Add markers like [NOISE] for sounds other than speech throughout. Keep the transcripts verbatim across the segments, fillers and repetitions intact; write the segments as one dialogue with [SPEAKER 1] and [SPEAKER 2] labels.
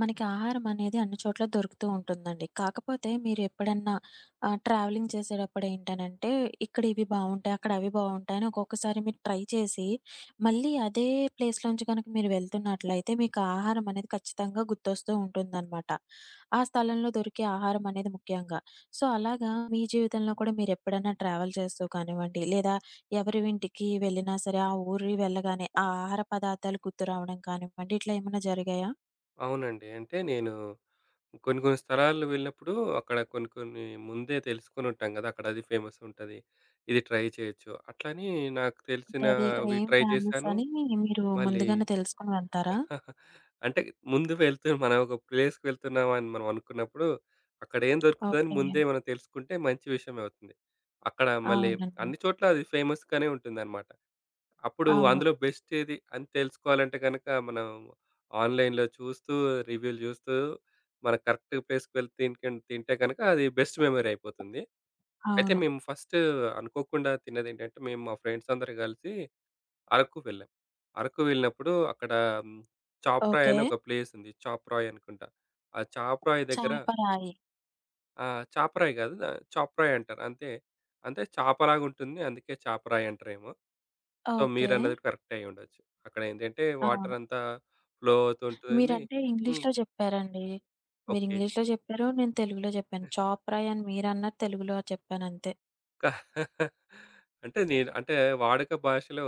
[SPEAKER 1] మనకి ఆహారం అనేది అన్ని చోట్ల దొరుకుతూ ఉంటుందండి. కాకపోతే మీరు ఎప్పుడన్నా ఆహ్, ట్రావెలింగ్ చేసేటప్పుడు ఏంటనంటే, ఇక్కడ ఇవి బావుంటాయి, అక్కడ అవి బావుంటాయి అని ఒక్కొక్కసారి మీరు ట్రై చేసి, మళ్ళీ అదే ప్లేస్‌లోంచి గనక మీరు వెళ్తున్నట్లయితే మీకు ఆహారం అనేది ఖచ్చితంగా గుర్తొస్తూ ఉంటుందనమాట. ఆ స్థలంలో దొరికే ఆహారం అనేది ముఖ్యంగా. సో, అలాగా మీ జీవితంలో కూడా మీరెప్పుడన్నా ట్రావెల్ చేస్తూ కానివ్వండి, లేదా ఎవరి ఇంటికి వెళ్ళినా సరే, ఆ ఊరి వెళ్ళగానే ఆ ఆహార పదార్థాలు గుర్తు రావడం కానివ్వండి, ఇట్లా ఏమన్నా జరిగాయా?
[SPEAKER 2] అవునండి. అంటే నేను కొన్ని కొన్ని స్థలాలు వెళ్ళినప్పుడు అక్కడ కొన్ని కొన్ని ముందే తెలుసుకొని ఉంటాం గదా! అక్కడ అది ఫేమస్ ఉంటది. ఇది ట్రై చేయొచ్చు. అట్లని నాకు
[SPEAKER 1] ఉంటది. ఇక్కడ
[SPEAKER 2] తెలిసినవి
[SPEAKER 1] ఏం
[SPEAKER 2] ట్రై
[SPEAKER 1] ఫేమస్
[SPEAKER 2] చేశాను.
[SPEAKER 1] అని మీరు
[SPEAKER 2] మళ్ళీ
[SPEAKER 1] ముందుగానే తెలుసుకొని వెళ్తారా?
[SPEAKER 2] [LAUGHS] అంటే ముందు వెళ్తూ మనం ఒక ప్లేస్‌కి వెళ్తున్నాం అని మనం అనుకున్నప్పుడు అక్కడ ఏం దొరుకుతదని
[SPEAKER 1] ఓకే.
[SPEAKER 2] ముందే మనం తెలుసుకుంటే మంచి విషయమే అవుతుంది. అక్కడ మళ్ళీ
[SPEAKER 1] అవునండి.
[SPEAKER 2] అన్ని చోట్ల అది ఫేమస్‌గానే ఉంటుందన్నమాట. అప్పుడు
[SPEAKER 1] అవును.
[SPEAKER 2] అందులో బెస్ట్ ఏది అని తెలుసుకోవాలంటే గనక మనం ఆన్‌లైన్‌లో చూస్తూ, రివ్యూలు చూస్తూ, మన కరెక్ట్ ప్లేస్‌కి వెళ్ళి తినకన్ తింటే గనక అది బెస్ట్ మెమరీ అయిపోతుంది. అయితే
[SPEAKER 1] అవును.
[SPEAKER 2] మేము ఫస్ట్ అనుకోకుండా తిన్నదేంటంటే, మేము మా ఫ్రెండ్స్ అందరం కలిసి అరకు వెళ్ళాం. అరకు వెళ్ళినప్పుడు అక్కడ హ్మ్, చాప్రాయ్
[SPEAKER 1] ఓకే.
[SPEAKER 2] అని ఒక ప్లేస్ ఉంది. చాప్రాయ్ అనుకుంటా. ఆ చాప్రాయ్ దగ్గర
[SPEAKER 1] చాపరాయి.
[SPEAKER 2] ఆ! చాపరాయి గాదు. ఆహ్, చాపరాయి అంటారు. అంతే. అంటే చాపలాగుంటుంది. అందుకే చాపరాయి అంటారేమో. So,
[SPEAKER 1] okay.
[SPEAKER 2] మీరన్నది కరెక్టే అయ్యుండొచ్చు. అక్కడ ఏంటంటే వాటర్
[SPEAKER 1] అవును.
[SPEAKER 2] అంతా ఫ్లో అవుతుంటుంది.
[SPEAKER 1] మీరంటే
[SPEAKER 2] హ్మ్.
[SPEAKER 1] ఇంగ్లీష్‌లో జెప్పారండి. మీరు
[SPEAKER 2] ఓకే.
[SPEAKER 1] ఇంగ్లీష్‌లో జెప్పారు. నేను తెలుగులో జెప్పాను. చాపరాయి అని మీరన్నారు. తెలుగులో చెప్పానంతే.
[SPEAKER 2] క [LAUGHS] అంటే నేను అంటే వాడుక భాషలో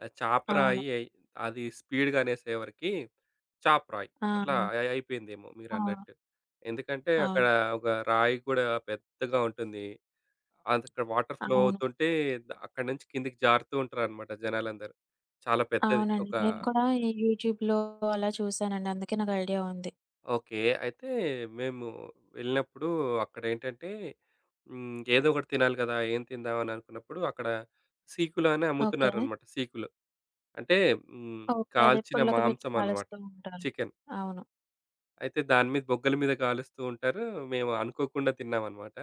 [SPEAKER 2] ఆహ్,
[SPEAKER 1] అవును.
[SPEAKER 2] చాపరాయి అయి అది స్పీడ్‌గా అనేసేవరకి చాపరాయి.
[SPEAKER 1] ఆ!
[SPEAKER 2] అట్లా
[SPEAKER 1] అవును.
[SPEAKER 2] అయి అయిపోయిందేమో మీరన్నట్టు. ఎందుకంటే అక్కడ
[SPEAKER 1] అవును.
[SPEAKER 2] ఒక రాయి గూడా పెద్దగా ఉంటుంది. అదక్కడ వాటర్ ఫ్లో
[SPEAKER 1] అవును.
[SPEAKER 2] అవుతుంటే ద అక్కడి నుంచి కిందకి జారుతూ ఉంటారనమాట జనాలందరూ. చాలా పెద్దది.
[SPEAKER 1] అవునండి.
[SPEAKER 2] ఒక
[SPEAKER 1] నేను కూడా ఈ యూట్యూబ్‌లో అలా చూసానండి. అందుకే నాకు ఐడియా ఉంది.
[SPEAKER 2] ఓకే. అయితే మేము వెళ్ళినప్పుడు అక్కడేంటంటే హ్మ్. ఏదో ఒకటి తినాలి కదా! ఏం తిందాం అని అనుకున్నప్పుడు అక్కడ సీకులు అని
[SPEAKER 1] ఓకే.
[SPEAKER 2] అమ్ముతున్నారనమాట సీకులు. అంటే హ్మ్.
[SPEAKER 1] ఓకే. అదే
[SPEAKER 2] కాల్చిన
[SPEAKER 1] పుల్లక పెట్టి
[SPEAKER 2] మాంసం అనమాట.
[SPEAKER 1] కాలుస్తూ ఉంటారు.
[SPEAKER 2] చికెన్.
[SPEAKER 1] అవును.
[SPEAKER 2] అయితే దాని మీద బొగ్గల మీద కాలుస్తూ ఉంటారు. మేము అనుకోకుండా తిన్నామనమాట.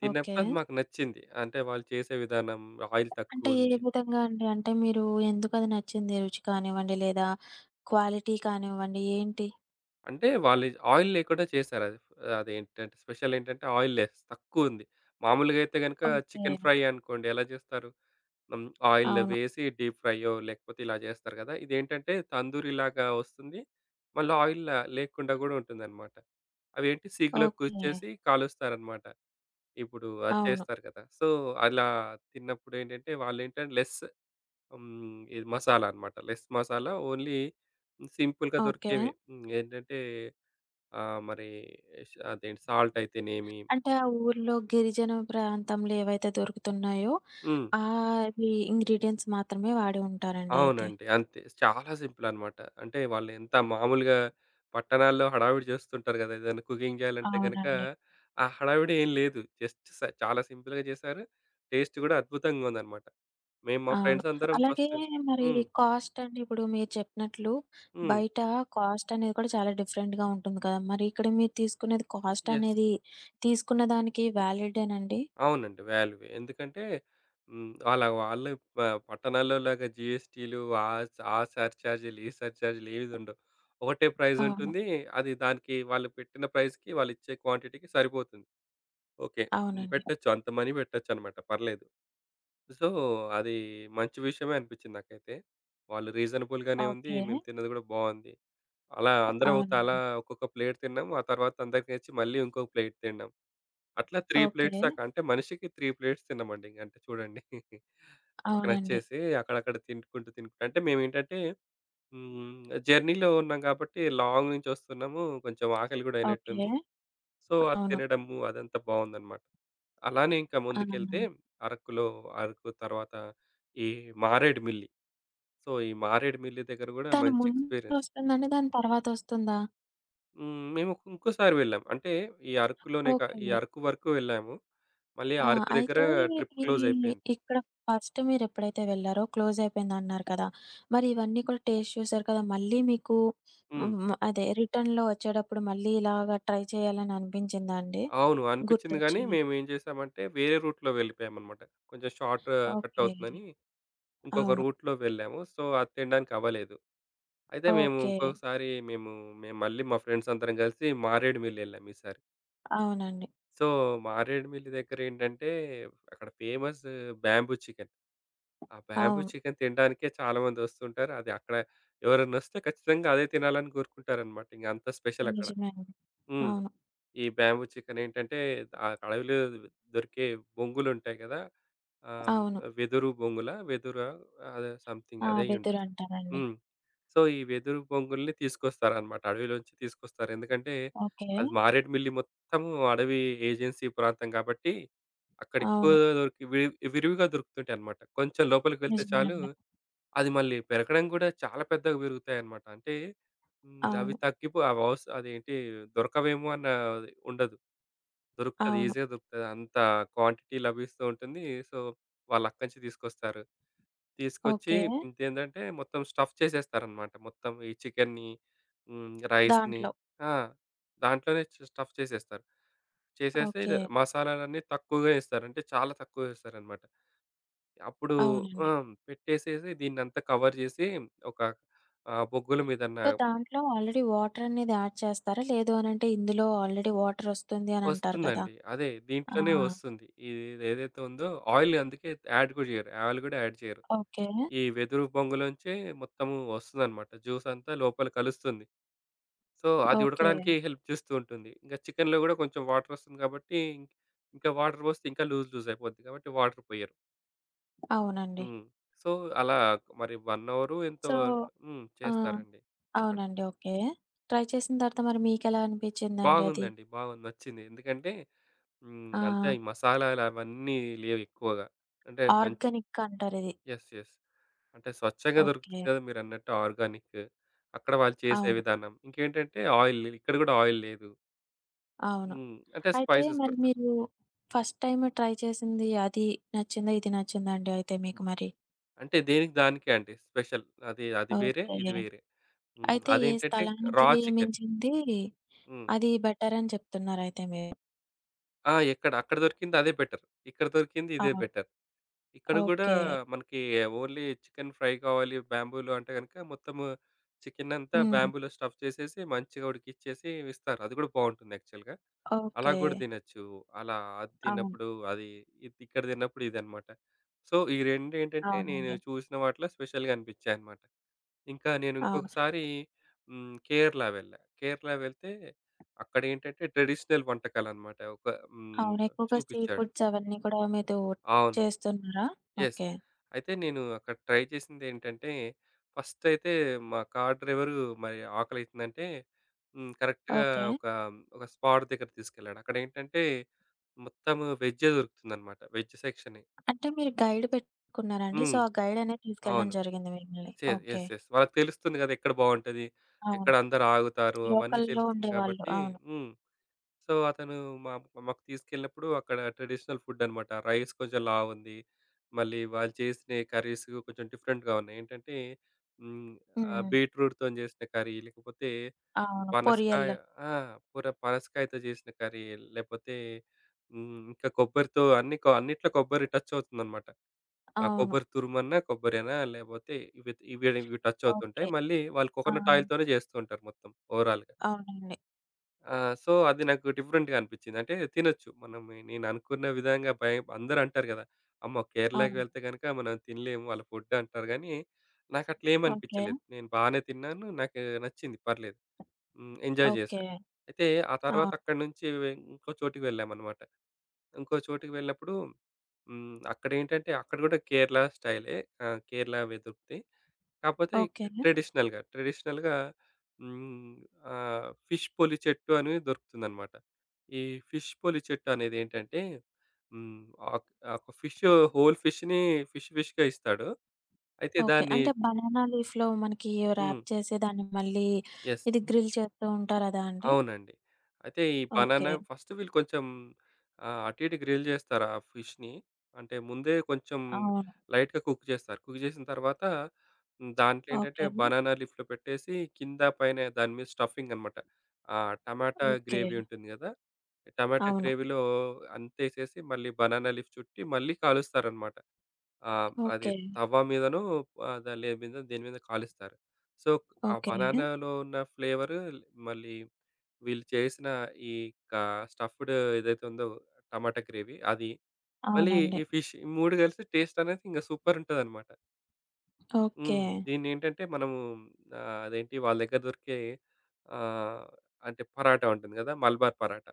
[SPEAKER 2] తిన్నప్పుడు
[SPEAKER 1] ఓకే.
[SPEAKER 2] అది మాకు నచ్చింది. అంటే వాళ్ళు చేసే విధానం ఆయిల్
[SPEAKER 1] అంటే ఏ
[SPEAKER 2] తక్కువుంది.
[SPEAKER 1] విధంగా అండి? అంటే మీరు ఎందుకది నచ్చింది? రుచి కానివ్వండి, లేదా క్వాలిటీ కానివ్వండి ఏంటి?
[SPEAKER 2] అంటే వాళ్ళు ఆయిల్ లేకుండా చేశారు అది. అదేంటంటే స్పెషల్ ఏంటంటే ఆయిల్ లెస్ తక్కువుంది. మామూలుగా అయితే గనుక
[SPEAKER 1] ఓకే.
[SPEAKER 2] చికెన్ ఫ్రై అనుకోండి ఎలా చేస్తారు? హ్మ్. ఆయిల్
[SPEAKER 1] అవును.
[SPEAKER 2] వేసి డీప్ ఫ్రైయో లేకపోతే ఇలా చేస్తారు కదా! ఇదేంటంటే తందూరిలాగా వస్తుంది. మళ్ళీ ఆయిల్ లేకుండా గూడా ఉంటుందన్నమాట. అవేంటి సిగులో
[SPEAKER 1] ఓకే.
[SPEAKER 2] కూర్చేసి కాలుస్తారన్నమాట. ఇప్పుడు అది
[SPEAKER 1] అవును.
[SPEAKER 2] చేస్తారు కదా! సో, అలా తిన్నప్పుడు ఏంటంటే వాళ్ళేంటంటే లెస్ హ్మ్. ఇది మసాలా అన్నమాట. లెస్ మసాలా ఓన్లీ సింపుల్‌గా
[SPEAKER 1] ఓకే.
[SPEAKER 2] దొరికేవే. హ్మ్. ఏంటంటే ఆ! మరి ష్ అదేంటి సాల్ట్ అయితేనేమి
[SPEAKER 1] అంటే ఆ ఊర్లో గిరిజన ప్రాంతంలో ఏవైతే దొరుకుతున్నాయో,
[SPEAKER 2] హ్మ్.
[SPEAKER 1] ఆ! అవి ఇంగ్రీడియెంట్స్ మాత్రమే వాడి ఉంటారండి అయితే.
[SPEAKER 2] అవునండి. అంతే. చాలా సింపుల్ అన్నమాట. అంటే వాళ్ళు ఎంత మామూలుగా పట్టణాల్లో హడావిడి చేస్తుంటారు కదా! ఏదైనా కుకింగ్ చేయాలంటే గనక,
[SPEAKER 1] అవునండి.
[SPEAKER 2] ఆ హడావిడి ఏం లేదు. జస్ట్ స చాలా సింపుల్‌గా చేశారు. టేస్ట్ కూడా అద్భుతంగా ఉందన్నమాట. మేము మా
[SPEAKER 1] అవును.
[SPEAKER 2] ఫ్రెండ్స్ అందరం
[SPEAKER 1] అలాగే
[SPEAKER 2] ఫస్ట్
[SPEAKER 1] మరి
[SPEAKER 2] హ్మ్.
[SPEAKER 1] కాస్ట్ అండి ఇప్పుడు మీరు చెప్పినట్లు
[SPEAKER 2] హ్మ్.
[SPEAKER 1] బయట కాస్ట్ అనేది కూడా చాలా డిఫరెంట్‌గా ఉంటుంది కదా! మరి ఇక్కడ మీరు తీసుకునేది కాస్ట్
[SPEAKER 2] యెస్.
[SPEAKER 1] అనేది తీసుకున్న దానికి వ్యాలిడేనండి?
[SPEAKER 2] అవునండి. వాల్యువే. ఎందుకంటే హ్మ్. అలా వాళ్ళు ప పట్టణాల్లో లాగా జీఎస్టీలు ఆ ఆ సర్చార్జీలు, ఈ సర్చార్జీలు ఏవి ఉండవు. ఒకటే ప్రైజ్
[SPEAKER 1] అవును.
[SPEAKER 2] ఉంటుంది. అది దానికి వాళ్ళు పెట్టిన ప్రైస్‌కి వాళ్ళు ఇచ్చే క్వాంటిటీకి సరిపోతుంది. ఓకే. ఉమ్,
[SPEAKER 1] అవునండి.
[SPEAKER 2] పెట్టొచ్చు. అంత మనీ పెట్టొచ్చన్నమాట పర్లేదు. సో, అది మంచి విషయమే అనిపించింది నాకైతే. వాళ్ళు రీజనబుల్‌గానే ఉంది.
[SPEAKER 1] ఓకే.
[SPEAKER 2] మేము తిన్నది గూడా బావుంది. అలా అందరం ఒక తలా
[SPEAKER 1] అవునండి.
[SPEAKER 2] ఒక్కొక్క ప్లేట్ తిన్నాం. ఆ తర్వాత అందరికీ నచ్చి మళ్ళీ ఇంకొక ప్లేట్ తిన్నాం. అట్లా మూడు
[SPEAKER 1] ఓకే.
[SPEAKER 2] ప్లేట్స్ దాకా అంటే మనిషికి మూడు ప్లేట్స్ తిన్నామండి. ఇంక అంటే చూడండి. మాకు
[SPEAKER 1] అవునండి.
[SPEAKER 2] నచ్చేసి అక్కడక్కడ తినుకుంటూ, తినుకుంటూ అంటే మేమేంటంటే హ్మ్. జర్నీలో ఉన్నాం కాబట్టి లాంగ్ నుంచి వస్తున్నాము. కొంచెం ఆకలి గూడా అయినట్టుంది.
[SPEAKER 1] ఓకే.
[SPEAKER 2] సో, అది
[SPEAKER 1] అవును.
[SPEAKER 2] తినడము అదంతా బావుందనమాట. అలానే ఇంకా
[SPEAKER 1] ఆ!
[SPEAKER 2] ముందుకెళ్తే అరకులో, అరకు తర్వాత ఈ మారేడుమిల్లి. సో, ఈ మారేడుమిల్లి దగ్గర గూడా
[SPEAKER 1] దాని
[SPEAKER 2] మంచి ఎక్స్‌పీరియన్స్.
[SPEAKER 1] ముందొస్తుందండి? దాని తర్వాతొస్తుందా?
[SPEAKER 2] హ్మ్. మేము ఒక- ఇంకోసారి వెళ్ళాం. అంటే ఈ అరకులోనే కా ఈ
[SPEAKER 1] ఓకే.
[SPEAKER 2] అరకు వరకు వెళ్ళాము. మళ్ళీ ఆ
[SPEAKER 1] ఆ!
[SPEAKER 2] అరకు దగ్గర
[SPEAKER 1] అయితే
[SPEAKER 2] ట్రిప్
[SPEAKER 1] ఈ
[SPEAKER 2] క్లోజ్ అయిపోయింది.
[SPEAKER 1] ఇక్కడ ఫస్ట్ మీరెప్పుడైతే వెళ్లారో క్లోజ్ అయిపోయిందన్నారు కదా! మరి ఇవన్నీ కూడా టేస్ట్ చూసారు కదా! మళ్ళీ మీకు
[SPEAKER 2] హ్మ్.
[SPEAKER 1] హ్మ్. అదే రిటర్న్‌లో వచ్చేటప్పుడు మళ్ళీ ఇలాగ ట్రై చేయాలని అనిపించిందా అండి?
[SPEAKER 2] అవును. అనిపిచ్చింది గానీ,
[SPEAKER 1] గుర్తొచ్చి.
[SPEAKER 2] మేమేం చేసామంటే, వేరే రూట్‌లో వెళ్ళిపోయామనమాట. కొంచెం షార్ట్ కట్
[SPEAKER 1] ఓకే.
[SPEAKER 2] అవుతుందని ఇంకొక
[SPEAKER 1] అవును.
[SPEAKER 2] రూట్‌లో వెళ్ళాము. సో, అది తినడానికి అవ్వలేదు. అయితే మేము
[SPEAKER 1] ఓకే.
[SPEAKER 2] ఇంకొకసారి మేము మేము మళ్ళీ మా ఫ్రెండ్స్ అందరం కలిసి మారేడుమిల్లి వెళ్ళాం ఈసారి.
[SPEAKER 1] అవునండి.
[SPEAKER 2] సో, మారేడుమిల్లి దగ్గరేంటంటే, అక్కడ ఫేమస్ బ్యాంబూ చికెన్. ఆ బ్యాంబూ
[SPEAKER 1] అవును.
[SPEAKER 2] చికెన్ తినడానికే చాలామంది వస్తుంటారు. అది అక్కడ ఎవరన్నా వస్తే ఖచ్చితంగా అదే తినాలని కోరుకుంటారనమాట. ఇంక అంత స్పెషల్ అక్కడ.
[SPEAKER 1] నిజమే అండి.
[SPEAKER 2] హ్మ్.
[SPEAKER 1] అవును.
[SPEAKER 2] ఈ బ్యాంబూ చికెన్ ఏంటంటే ఆ అడవిలో దొరికే బొంగులుంటాయి కదా! ఆహ్,
[SPEAKER 1] అవును.
[SPEAKER 2] వెదురు బొంగులా? వెదురా? అదే సంథింగ్
[SPEAKER 1] ఆ!
[SPEAKER 2] అదే అయ్యుండొచ్చు.
[SPEAKER 1] వెదురంటారండి.
[SPEAKER 2] హ్మ్. సో, ఈ వెదురు బొంగుల్ని తీసుకొస్తారనమాట. అడవిలోంచి తీసుకొస్తారు. ఎందుకంటే
[SPEAKER 1] ఓకే.
[SPEAKER 2] అది మారేడుమిల్లి మొత్తము అడవి ఏజెన్సీ ప్రాంతం కాబట్టి అక్కడ ఎక్కువ
[SPEAKER 1] అవును.
[SPEAKER 2] దొరికి వి విరివిగా దొరుకుతుంటాయనమాట. కొంచెం లోపలికి వెళ్తే చాలు
[SPEAKER 1] నిజమేనండి.
[SPEAKER 2] అది మళ్ళీ పెరగడం గూడా చాలా పెద్దగా పెరుగుతాయన్నమాట. అంటే హ్మ్. అవి
[SPEAKER 1] అవును.
[SPEAKER 2] తగ్గిపో అవి అవస్ అదేంటి దొరకవేమో అన్న అది ఉండదు. దొరుకుతది.
[SPEAKER 1] అవును.
[SPEAKER 2] ఈజీగా దొరుకుతది. అంత క్వాంటిటీ లభిస్తూ ఉంటుంది. సో, వాళ్ళక్కడి నుంచి తీసుకొస్తారు. తీసుకొచ్చి
[SPEAKER 1] ఓకే.
[SPEAKER 2] ఇంకేంటంటే మొత్తం స్టఫ్ చేసేస్తారన్నమాట. మొత్తం ఈ చికెన్ని హ్మ్. రైస్‌ని
[SPEAKER 1] దాంట్లో.
[SPEAKER 2] ఆ! దాంట్లోనే స్టఫ్ చేసేస్తారు. చేసేసి
[SPEAKER 1] ఓకే.
[SPEAKER 2] మసాలాలన్నీ తక్కువగా ఏస్తారు. అంటే చాలా తక్కువ ఏస్తారన్నమాట. అప్పుడు ఆ!
[SPEAKER 1] అవునండి.
[SPEAKER 2] పెట్టేసేసి దీన్నంతా కవర్ జేసి ఒక ఆహ్, బొగ్గుల మీదన
[SPEAKER 1] సో, దాంట్లో ఆల్రెడీ వాటర్ అనేది యాడ్ చేస్తారా? లేదు అనంటే ఇందులో ఆల్రెడీ వాటర్ వస్తుంది అని అంటారు కదా!
[SPEAKER 2] వస్తుందండి. అదే
[SPEAKER 1] ఆ!
[SPEAKER 2] దీంట్లోనే వస్తుంది. ఇదేదైతే ఉందో ఆయిల్ అందుకే యాడ్ గూడా జేయరు. ఆయిల్ గూడా యాడ్ చేయరు.
[SPEAKER 1] ఓకే.
[SPEAKER 2] ఈ వెదురు బొంగులోంచే మొత్తము వస్తుందనమాట. జ్యూస్ అంతా లోపల కలుస్తుంది. సో, అది
[SPEAKER 1] ఓకే.
[SPEAKER 2] ఉడకడానికి హెల్ప్ చేస్తూ ఉంటుంది. ఇంకా చికెన్‌లో గూడా కొంచెం వాటర్ వస్తుంది కాబట్టి, ఇంక్- ఇంకా వాటర్ పోస్తే ఇంకా లూజ్ లూజ్ అయిపోద్ది కాబట్టి వాటర్ పోయరు.
[SPEAKER 1] అవునండి.
[SPEAKER 2] హ్మ్. సో, అలా మరి ఒక అవరు ఎంతో
[SPEAKER 1] సో
[SPEAKER 2] హ్మ్.
[SPEAKER 1] ఆ!
[SPEAKER 2] చేస్తారండి. చెప్పండి.
[SPEAKER 1] అవునండి. ఓకే. ట్రై చేసిన తర్వాత మరి మీకెలా అనిపిచ్చిందండి అది?
[SPEAKER 2] బాగుందండి. బాగుంది. నచ్చింది. ఎందుకంటే హ్మ్.
[SPEAKER 1] ఆ!
[SPEAKER 2] అంతే ఈ మసాలాలు అవన్నీ లేవు ఎక్కువగా. అంటే మంచి
[SPEAKER 1] ఆర్గానిక్ అంటారిది.
[SPEAKER 2] యెస్. యెస్. అంటే స్వచ్ఛంగా దొరుకుతుంది
[SPEAKER 1] ఓకే.
[SPEAKER 2] కదా! మీరన్నట్టు ఆర్గానిక్. అక్కడ వాళ్ళు చేసే
[SPEAKER 1] అవును.
[SPEAKER 2] విధానం. ఇంకేంటంటే ఆయిల్ ఇక్కడ కూడా ఆయిల్ లేదు.
[SPEAKER 1] అవును.
[SPEAKER 2] హ్మ్. అంటే
[SPEAKER 1] అయితే
[SPEAKER 2] స్పైసెస్
[SPEAKER 1] మరి
[SPEAKER 2] కూడా తక్కువ.
[SPEAKER 1] మీరు ఫస్ట్ టైమ్ ట్రై చేసింది అది నచ్చిందా? ఇది నచ్చిందా అండి అయితే మీకు మరి?
[SPEAKER 2] అంటే దేనికి దానికే అండి స్పెషల్. అది అది వేరే, ఇది
[SPEAKER 1] ఓకే.
[SPEAKER 2] వేరే. హ్మ్.
[SPEAKER 1] అయితే ఏ
[SPEAKER 2] అదేంటంటే
[SPEAKER 1] స్థలానికి
[SPEAKER 2] రా చికెన్.
[SPEAKER 1] మించింది
[SPEAKER 2] హ్మ్.
[SPEAKER 1] అది బెటర్ అని చెప్తున్నారయితే మీరు?
[SPEAKER 2] ఆ! ఎక్కడ అక్కడ దొరికింది అదే బెటర్. ఇక్కడ దొరికింది ఇదే
[SPEAKER 1] అవును.
[SPEAKER 2] బెటర్. ఇక్కడ గూడా
[SPEAKER 1] ఓకే.
[SPEAKER 2] మనకి ఓన్లీ చికెన్ ఫ్రై కావాలి బ్యాంబూలో అంటే గనుక మొత్తము చికెన్ అంతా
[SPEAKER 1] హ్మ్.
[SPEAKER 2] బ్యాంబూలో స్టఫ్ చేసేసి, మంచిగా ఉడికిచ్చేసి ఇస్తారు. అది గూడా బావుంటుంది యాక్చువల్‌గా. అలా
[SPEAKER 1] ఓకే.
[SPEAKER 2] గూడా తినొచ్చు. అలా అది
[SPEAKER 1] అవును.
[SPEAKER 2] తిన్నప్పుడు అది, ఇది ఇక్కడ తిన్నప్పుడు ఇదనమాట. సో, ఈ రెండేంటంటే నేను
[SPEAKER 1] అవునండి.
[SPEAKER 2] చూసిన వాటిలో స్పెషల్‌గా అనిపిచ్చాయనమాట. ఇంకా నేను
[SPEAKER 1] అవును.
[SPEAKER 2] ఇంకొకసారి హ్మ్. కేరళ వెళ్ళా. కేరళ వెళ్తే అక్కడేంటంటే ట్రెడిషనల్ వంటకాలనమాట. ఒక హ్మ్.
[SPEAKER 1] అవును. ఎక్కువగా సీ
[SPEAKER 2] చూపిచ్చాడు.
[SPEAKER 1] ఫుడ్స్ అవన్నీ కూడా మీరు
[SPEAKER 2] అవును.
[SPEAKER 1] చేస్తున్నారా?
[SPEAKER 2] యెస్.
[SPEAKER 1] ఓకే.
[SPEAKER 2] అయితే నేను అక్కడ ట్రై చేసిందేంటంటే, ఫస్ట్ అయితే మా కార్ డ్రైవరు మరి ఆకలైతుందంటే హ్మ్. కరెక్ట్‌గా
[SPEAKER 1] ఓకే.
[SPEAKER 2] ఒక, ఒక స్పాట్ దగ్గర తీసుకెళ్ళాడు. అక్కడేంటంటే మొత్తం వెజ్జే దొరుకుతుందనమాట. వెజ్ సెక్షనే.
[SPEAKER 1] అంటే మీరు గైడ్ పెట్టుకున్నారా అండి?
[SPEAKER 2] హ్మ్.
[SPEAKER 1] సో, ఆ గైడ్ అనేది తీసుకెళ్ళడం
[SPEAKER 2] అవును.
[SPEAKER 1] జరిగింది మిమ్మల్ని.
[SPEAKER 2] చే
[SPEAKER 1] ఓకే.
[SPEAKER 2] యెస్. యెస్. వాళ్ళకి తెలుస్తుంది గదా! ఎక్కడ బావుంటది,
[SPEAKER 1] అవును.
[SPEAKER 2] ఎక్కడ అందరూ ఆగుతారు అవన్నీ
[SPEAKER 1] లోకల్‌లో
[SPEAKER 2] తెలుస్తుంది
[SPEAKER 1] ఉండేవాళ్ళు.
[SPEAKER 2] గాబట్టి
[SPEAKER 1] అవును.
[SPEAKER 2] హ్మ్. సో, అతను మా మాకు తీసుకెళ్ళినప్పుడు అక్కడ ట్రెడిషనల్ ఫుడ్ అన్నమాట. రైస్ కొంచెం లావుంది. మళ్ళీ వాళ్ళు చేసిన కర్రీస్ కొంచెం డిఫరెంట్‌గా ఉన్నాయి. ఏంటంటే హ్మ్. ఆహ్,
[SPEAKER 1] హ్మ్.
[SPEAKER 2] బీట్రూట్‌తోని చేసిన కర్రీ, లేకపోతే
[SPEAKER 1] అవును.
[SPEAKER 2] పనసకాయ
[SPEAKER 1] కొరియన్లు.
[SPEAKER 2] ఆ! పుర పనసకాయతో చేసిన కర్రీ, లేకపోతే హ్మ్. ఇంకా కొబ్బరితో అన్ని కొ అన్నిట్లో కొబ్బరి టచ్ అవుతుందన్నమాట. ఆ
[SPEAKER 1] అవును.
[SPEAKER 2] కొబ్బరి తురుమన్నా, కొబ్బరేనా లేకపోతే ఇవి ఇవి ఇవి టచ్ అవుతుంటాయి.
[SPEAKER 1] ఓకే.
[SPEAKER 2] మళ్ళీ వాళ్ళు
[SPEAKER 1] ఆ!
[SPEAKER 2] కోకోనట్ ఆయిల్‌తోనే చేస్తూ ఉంటారు మొత్తం ఓవరాల్‌గా.
[SPEAKER 1] అవునండి.
[SPEAKER 2] ఆ! సో, అది నాకు డిఫరెంట్‌గా అనిపిచ్చింది. అంటే తినొచ్చు. మనం నేను అనుకున్న విధంగా భయం అందరూ అంటారు గదా! అమ్మో! కేరళకి
[SPEAKER 1] అవును.
[SPEAKER 2] వెళ్తే గనుక మనం తినలేము వాళ్ళ ఫుడ్ అంటారు గానీ, నాకట్లేమి
[SPEAKER 1] ఓకే.
[SPEAKER 2] అనిపిచ్చలేదు. నేను బానే తిన్నాను. నాకు నచ్చింది పర్లేదు. హ్మ్. ఎంజాయ్ జేశా.
[SPEAKER 1] ఓకే.
[SPEAKER 2] అయితే ఆ తర్వాత
[SPEAKER 1] అవును.
[SPEAKER 2] అక్కడి నుంచి ఇంకో చోటికి వెళ్ళామన్నమాట. ఇంకో చోటికి వెళ్ళినప్పుడు హ్మ్. అక్కడేంటంటే అక్కడ గూడా కేరళ స్టైలే. ఆహ్, కేరళ వెదురుద్ది. కాకపోతే ఇక్
[SPEAKER 1] ఓకే.
[SPEAKER 2] ట్రెడిషనల్‌గా, ట్రెడిషనల్‌గా హ్మ్. ఆహ్, ఫిష్ పొలి చెట్టు అనేది దొరుకుతుందనమాట. ఈ ఫిష్ పొలి చెట్టు అనేది ఏంటంటే హ్మ్. ఆక్ ఆ ఒక ఫిష్, హోల్ ఫిష్‌ని ఫిష్ ఫిష్‌గా ఇస్తాడు. అయితే
[SPEAKER 1] ఓకే.
[SPEAKER 2] దాన్ని
[SPEAKER 1] అంటే బనానా లీఫ్‌లో మనకి
[SPEAKER 2] హ్మ్.
[SPEAKER 1] ర్యాప్ చేసి దాన్ని మళ్ళీ
[SPEAKER 2] యెస్.
[SPEAKER 1] ఇది గ్రిల్ చేస్తూ ఉంటారు అదా అండి?
[SPEAKER 2] అవునండి. అయితే ఈ
[SPEAKER 1] ఓకే.
[SPEAKER 2] బనానా ఫస్ట్ వీళ్ళు కొంచెం ఆహ్, అటు ఇటు గ్రిల్ చేస్తారు ఆ ఫిష్‌ని. అంటే ముందే కొంచెం
[SPEAKER 1] అవును.
[SPEAKER 2] లైట్‌గా కుక్ చేస్తారు. కుక్ చేసిన తర్వాత హ్మ్, దాంట్లో ఏంటంటే
[SPEAKER 1] ఓకే.
[SPEAKER 2] బనానా లీఫ్‌లో పెట్టేసి కింద పైన దాని మీద స్టఫింగ్ అనమాట. ఆ టమాటా
[SPEAKER 1] ఓకే.
[SPEAKER 2] గ్రేవీ ఉంటుంది కదా! టమాటా
[SPEAKER 1] అవును.
[SPEAKER 2] గ్రేవీలో అంతేసేసి మళ్ళీ బనానా లీఫ్ చుట్టి మళ్ళీ కాలుస్తారనమాట. ఆహ్, అది
[SPEAKER 1] ఓకే.
[SPEAKER 2] తవ్వ మీదనో ఆహ్, దా లే మీద దేని మీద కాలుస్తారు. సో, ఆ
[SPEAKER 1] ఓకే.
[SPEAKER 2] బనానాలో ఉన్న ఫ్లేవరు మళ్ళీ వీళ్ళు చేసిన ఈ కా స్టఫ్డ్ ఏదైతే ఉందో టమాటా గ్రేవీ అది. మళ్ళీ
[SPEAKER 1] అవునండి.
[SPEAKER 2] ఈ ఫిష్ ఈ మూడు కలిసి టేస్ట్ అనేది ఇంక సూపర్ ఉంటదనమాట.
[SPEAKER 1] ఓకే.
[SPEAKER 2] హ్మ్. దీన్నేంటంటే మనము ఆహ్, అదేంటి వాళ్ళ దగ్గర దొరికే ఆహ్, అంటే పరాటా ఉంటుంది గదా! మల్బార్ పరాటా.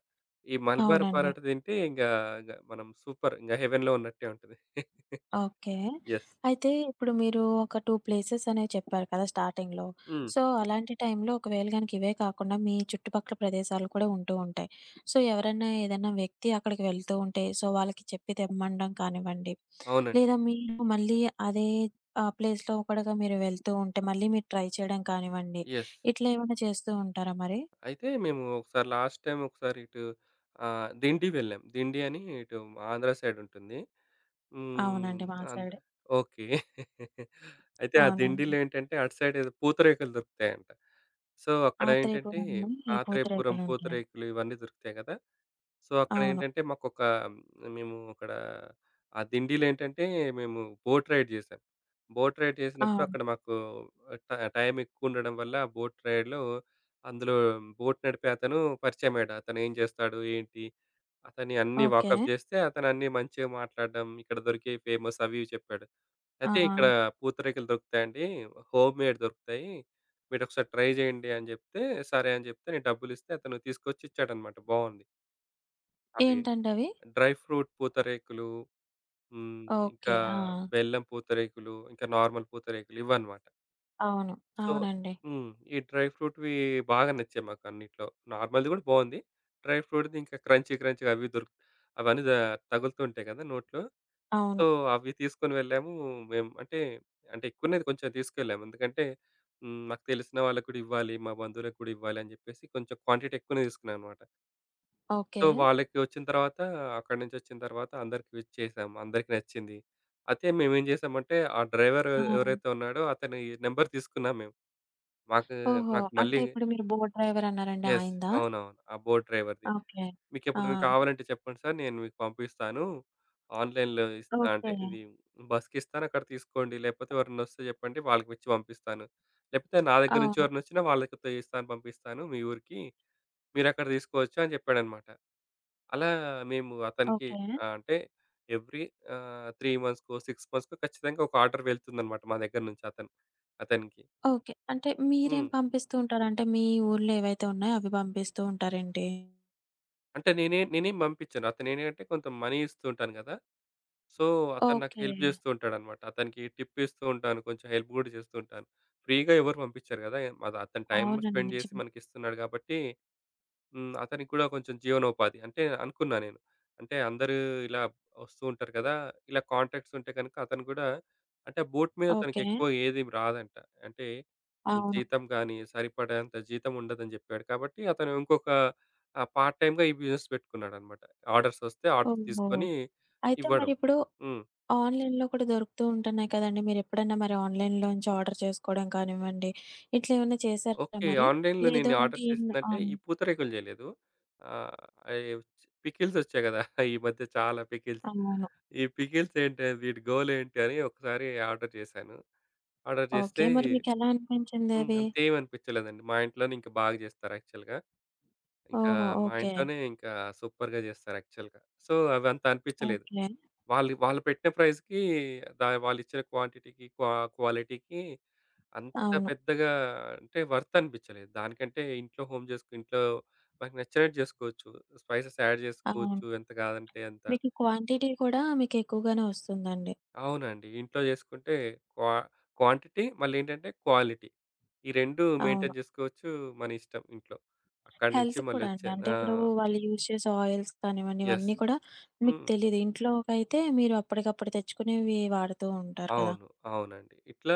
[SPEAKER 2] ఈ మల్బార్
[SPEAKER 1] అవునండి.
[SPEAKER 2] పరాటా తింటే ఇంగా ఇంగ మనం సూపర్ ఇంగ హెవెన్‌లో ఉన్నట్టే ఉంటది.
[SPEAKER 1] ఓకే.
[SPEAKER 2] యెస్.
[SPEAKER 1] అయితే ఇప్పుడు మీరు ఒక రెండు ప్లేసెస్ అనేవి చెప్పారు కదా! స్టార్టింగ్‌లో.
[SPEAKER 2] హ్మ్.
[SPEAKER 1] సో,
[SPEAKER 2] [LAUGHS]
[SPEAKER 1] అలాంటి టైంలో ఒకవేళ గనక ఇవే కాకుండా మీ చుట్టుపక్కల ప్రదేశాలు కూడా ఉంటూ ఉంటాయి. సో, ఎవరన్నా ఏదన్నా వ్యక్తి అక్కడికి వెళ్తూ ఉంటే, సో, వాళ్ళకి చెప్పి తెమ్మనడం కానివ్వండి,
[SPEAKER 2] అవునండి.
[SPEAKER 1] లేదా మీరు మళ్ళీ అదే ఆహ్, ప్లేస్‌లో ఒకడుగా మీరు వెళ్తూ ఉంటే, మళ్ళీ మీరు ట్రై చేయడం కానివ్వండి,
[SPEAKER 2] యెస్.
[SPEAKER 1] ఇట్లా ఏమైనా చేస్తూ ఉంటారా మరి?
[SPEAKER 2] అయితే మేము ఒకసారి లాస్ట్ టైమ్ ఒకసారి ఇటు ఆహ్, దిండి వెళ్ళాం. దిండి అని ఇటు ఆంధ్ర సైడ్ ఉంటుంది. హ్మ్.
[SPEAKER 1] అవునండి. మా
[SPEAKER 2] అంతే.
[SPEAKER 1] సైడ్.
[SPEAKER 2] ఓకే. [LAUGHS] అయితే ఆ
[SPEAKER 1] అవునండి.
[SPEAKER 2] దిండిలో ఏంటంటే అటు సైడ్ ఏదో పూతరేకులు దొరుకుతాయంట. సో, అక్కడ ఏంటంటే
[SPEAKER 1] ఆత్రేయపురం అని
[SPEAKER 2] ఆత్రేయపురం
[SPEAKER 1] పూతరేకులుంటాయండి.
[SPEAKER 2] పూతరేకులు ఇవన్నీ దొరుకుతాయి కదా! సో, అక్కడ
[SPEAKER 1] అవును.
[SPEAKER 2] ఏంటంటే మాకొక మేము అక్కడ ఆ దిండిలో ఏంటంటే మేము బోట్ రైడ్ చేసాం. బోట్ రైడ్ చేసినప్పుడు
[SPEAKER 1] అవును.
[SPEAKER 2] అక్కడ మాకు ట టైం ఎక్కువుండడం వల్ల బోట్ రైడ్‌లో అందులో బోట్ నడిపే అతను పరిచయమయ్యాడు. అతను ఏం చేస్తాడు? ఏంటి? అతని అన్నీ
[SPEAKER 1] ఓకే.
[SPEAKER 2] వాకప్ జేస్తే అతనన్నీ మంచిగా మాట్లాడడం, ఇక్కడ దొరికే ఫేమస్ అవి ఇవి చెప్పాడు.
[SPEAKER 1] ఆ!
[SPEAKER 2] అయితే ఇక్కడ పూతరేకులు దొరుకుతాయండి. హోమ్‌మేడ్ దొరుకుతాయి. మీరొకసారి ట్రై జేయండి అని జెప్తే, సరే అని జెప్తే నేను డబ్బులిస్తే అతను తీసుకొచ్చి ఇచ్చాడనమాట. బావుంది. అవి
[SPEAKER 1] ఏంటండి అవి?
[SPEAKER 2] డ్రై ఫ్రూట్ పూతరేకులు, హ్మ్. ఇంకా
[SPEAKER 1] ఓకే. ఆ!
[SPEAKER 2] బెల్లం పూతరేకులు, ఇంకా నార్మల్ పూతరేకులు ఇవన్నమాట.
[SPEAKER 1] అవును.
[SPEAKER 2] సో,
[SPEAKER 1] అవునండి.
[SPEAKER 2] హ్మ్. ఈ డ్రై ఫ్రూట్‌వి బాగా నచ్చాయి మాకన్నిట్లో. నార్మల్‌ది గూడా బావుంది. డ్రై ఫ్రూట్‌ది ఇంకా క్రంచీ క్రంచీగా అవి దొరుకు అవన్నీ ద తగులుతుంటాయి కదా నోట్లో.
[SPEAKER 1] అవును.
[SPEAKER 2] సో, అవి తీసుకొని వెళ్ళాము. మేము అంటే, అంటే ఎక్కువనే కొంచెం తీసుకెళ్ళాము. ఎందుకంటే హ్మ్. మాకు తెలిసిన వాళ్ళకి కూడా ఇవ్వాలి, మా బంధువులకు కూడా ఇవ్వాలి అని చెప్పేసి కొంచెం క్వాంటిటీ ఎక్కువనే తీసుకున్నాం అన్నమాట. So,
[SPEAKER 1] okay.
[SPEAKER 2] వాళ్ళకి వచ్చిన తర్వాత అక్కడి నుంచి వచ్చిన తర్వాత అందరికి ఇచ్చేసాం. అందరికి నచ్చింది. అయితే మేమేం చేసామంటే, ఆ డ్రైవర్
[SPEAKER 1] ఆ!
[SPEAKER 2] ఎవరైతే ఉన్నాడో అతని నెంబర్ తీసుకున్నాం మేము. మాకు
[SPEAKER 1] ఓహో!
[SPEAKER 2] నాకు
[SPEAKER 1] అంటే
[SPEAKER 2] మళ్ళీ
[SPEAKER 1] ఇప్పుడు మీరు బోట్ డ్రైవర్ అన్నారండి
[SPEAKER 2] యెస్.
[SPEAKER 1] ఆయనదా?
[SPEAKER 2] అవునవును. ఆ బోట్ డ్రైవర్‌ది.
[SPEAKER 1] ఓకే. ఆ!
[SPEAKER 2] మీకెప్పుడైనా కావాలంటే చెప్పండి సార్. నేను మీకు పంపిస్తాను. ఆన్‌లైన్‌లో ఇస్తా అంటే
[SPEAKER 1] ఓకే.
[SPEAKER 2] ఇది బస్‌కిస్తాను అక్కడ తీసుకోండి. లేకపోతే ఎవరైనా వస్తే చెప్పండి వాళ్ళకి ఇచ్చి పంపిస్తాను. లేకపోతే నా దగ్గర నుంచి
[SPEAKER 1] అవును.
[SPEAKER 2] ఎవరైనా వచ్చినా వాళ్ళకి ఇస్తాను పంపిస్తాను మీ ఊరికి. మీరక్కడ తీసుకోవచ్చు అని చెప్పాడనమాట. అలా మేము అతనికి
[SPEAKER 1] ఓకే.
[SPEAKER 2] ఆహ్, అంటే ఎవ్రీ ఆహ్, మూడు మంత్స్‌కో, ఆరు మంత్స్‌కో ఖచ్చితంగా ఒక ఆర్డర్ వెళ్తుందనమాట మా దగ్గర నుంచి అతను అతనికి.
[SPEAKER 1] ఓకే. అంటే మీరేం
[SPEAKER 2] హ్మ్.
[SPEAKER 1] పంపిస్తూ ఉంటారు? అంటే మీ ఊర్లో ఏవైతే ఉన్నాయో అవి పంపిస్తూ ఉంటారేంటి?
[SPEAKER 2] అంటే నేనే నేనేం పంపించను. అతనేంటంటే కొంత మనీ ఇస్తూ ఉంటాను కదా! సో, అతను నాకు
[SPEAKER 1] ఓకే.
[SPEAKER 2] హెల్ప్ జేస్తూ ఉంటాడనమాట. అతనికి టిప్ ఇస్తూ ఉంటాను. కొంచెం హెల్ప్ గూడా జేస్తూ ఉంటాను. ఫ్రీగా ఎవరు పంపించరు గదా! మాది అతను టైమ్
[SPEAKER 1] అవునండి.
[SPEAKER 2] స్పెండ్ జేసి
[SPEAKER 1] నిజమే.
[SPEAKER 2] మనకిస్తున్నాడు గాబట్టి హ్మ్. అతనికి కూడా కొంచెం జీవనోపాధి. అంటే అనుకున్నా నేను. అంటే అందరూ ఇలా వస్తూ ఉంటారు కదా! ఇలా కాంటాక్ట్స్ ఉంటే గనుక అతను కూడా అంటే బోట్ మీద
[SPEAKER 1] ఓకే.
[SPEAKER 2] తనకెక్కువ ఏది రాదంట. అంటే ఈ
[SPEAKER 1] అవును.
[SPEAKER 2] జీతం గాని, సరిపడేంత జీతం ఉండదని జెప్పాడు. కాబట్టి అతను ఇంకొక ఆహ్, పార్ట్ టైమ్‌గా ఈ బిజినెస్ పెట్టుకున్నాడన్నమాట. ఆర్డర్స్ వస్తే ఆర్డర్స్
[SPEAKER 1] ఓహో!
[SPEAKER 2] తీసుకొని
[SPEAKER 1] అయితే
[SPEAKER 2] ఇవ్వడం.
[SPEAKER 1] మరిప్పుడు
[SPEAKER 2] హ్మ్.
[SPEAKER 1] ఆన్‌లైన్‌లో కూడా దొరుకుతూ ఉంటున్నాయి కదండీ! మీరెప్పుడన్నా మరి ఆన్‌లైన్‌లో నుంచి ఆర్డర్ చేసుకోవడం కానివ్వండి, ఇట్లా ఏమన్నా చేశారా
[SPEAKER 2] ఓకే.
[SPEAKER 1] మరి?
[SPEAKER 2] ఆన్‌లైన్‌లో
[SPEAKER 1] లేదు
[SPEAKER 2] నేను
[SPEAKER 1] అనంటే
[SPEAKER 2] ఆర్డర్
[SPEAKER 1] ఏం ఆ!
[SPEAKER 2] చేసిందంటే ఈ పూతరేకులు జేయలేదు. ఆహ్, అయి పికిల్స్ వచ్చాయి గదా! [LAUGHS] ఈ మధ్య చాలా పికిల్స్.
[SPEAKER 1] అవును.
[SPEAKER 2] ఈ పికిల్స్ ఏంటి? వీటి గోల్ ఏంటి? అని ఒకసారి ఆర్డర్ చేశాను. ఆర్డర్ చేస్తే
[SPEAKER 1] ఓకే. మరి మీకెలా
[SPEAKER 2] హ్మ్.
[SPEAKER 1] అనిపించిందవి?
[SPEAKER 2] అంతేమి అనిపించలేదండి. మా ఇంట్లోనే ఇంకా బాగా చేస్తారు యాక్చువల్‌గా. ఇంకా
[SPEAKER 1] ఓహో!
[SPEAKER 2] మా
[SPEAKER 1] ఓకే.
[SPEAKER 2] ఇంట్లోనే ఇంకా సూపర్‌గా చేస్తారు యాక్చువల్‌గా. సో, అవంత అనిపించలేదు.
[SPEAKER 1] ఓకే.
[SPEAKER 2] వాళ్ళు వాళ్ళు పెట్టిన ప్రైస్‌కి దా వాళ్ళిచ్చిన క్వాంటిటీకి, క్వా క్వాలిటీకి అంత
[SPEAKER 1] అవును.
[SPEAKER 2] పెద్దగా అంటే వర్త్ అనిపించలేదు. దానికంటే ఇంట్లో హోమ్ చేసుకు ఇంట్లో మనకు నచ్చినట్టు చేసుకోవచ్చు. స్పైసెస్ యాడ్
[SPEAKER 1] అవును.
[SPEAKER 2] చేసుకోవచ్చు. ఎంత కాదంటే అంత.
[SPEAKER 1] మీకు క్వాంటిటీ కూడా మీకెక్కువగానే వస్తుందండి.
[SPEAKER 2] అవునండి. ఇంట్లో చేసుకుంటే క్వా క్వాంటిటీ మళ్ళేంటంటే క్వాలిటీ. ఈ రెండు
[SPEAKER 1] అవును.
[SPEAKER 2] మెయింటైన్ చేసుకోవచ్చు మన ఇష్టం ఇంట్లో. అక్కడి నుంచి
[SPEAKER 1] హెల్త్ కూడా అండి.
[SPEAKER 2] మళ్ళొచ్చాను.
[SPEAKER 1] అంటే
[SPEAKER 2] ఆ!
[SPEAKER 1] ఇప్పుడు వాళ్ళు యూజ్ చేసే ఆయిల్స్ కానివ్వండి,
[SPEAKER 2] యెస్.
[SPEAKER 1] ఇవన్నీ కూడా మీకు
[SPEAKER 2] హ్మ్.
[SPEAKER 1] తెలీదు. ఇంట్లోకైతే మీరు అప్పటికప్పుడు తెచ్చుకునేవి వాడుతూ ఉంటారు కదా!
[SPEAKER 2] అవును. అవునండి. ఇట్లా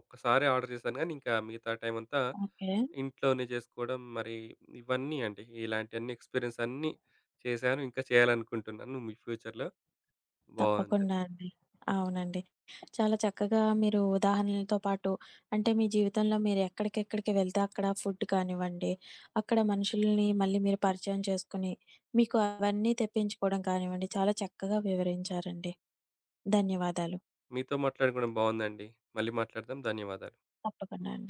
[SPEAKER 2] ఒక్కసారే ఆర్డర్ చేశాను గానీ, ఇంకా మిగతా టైమంతా
[SPEAKER 1] ఓకే.
[SPEAKER 2] ఇంట్లోనే చేసుకోవడం మరి ఇవన్నీ అండి. ఇలాంటియన్నీ ఎక్స్‌పీరియన్స్ అన్నీ చేశాను. ఇంకా చేయాలనుకుంటున్నాను మీ ఫ్యూచర్‌లో. బావుంటది.
[SPEAKER 1] తప్పకుండా అండి. అవునండి. చాలా చక్కగా మీరు ఉదాహరణలతో పాటు అంటే మీ జీవితంలో మీరు ఎక్కడికెక్కడికి వెళ్తే అక్కడ ఫుడ్ కానివ్వండి, అక్కడ మనుషుల్ని మళ్ళీ మీరు పరిచయం చేసుకొని, మీకు అవన్నీ తెప్పించుకోవడం కానివ్వండి, చాలా చక్కగా వివరించారండి. ధన్యవాదాలు.
[SPEAKER 2] మీతో మాట్లాడడం కూడా బావుందండి. మళ్ళీ మాట్లాడదాం. ధన్యవాదాలు.
[SPEAKER 1] తప్పకుండా అండి.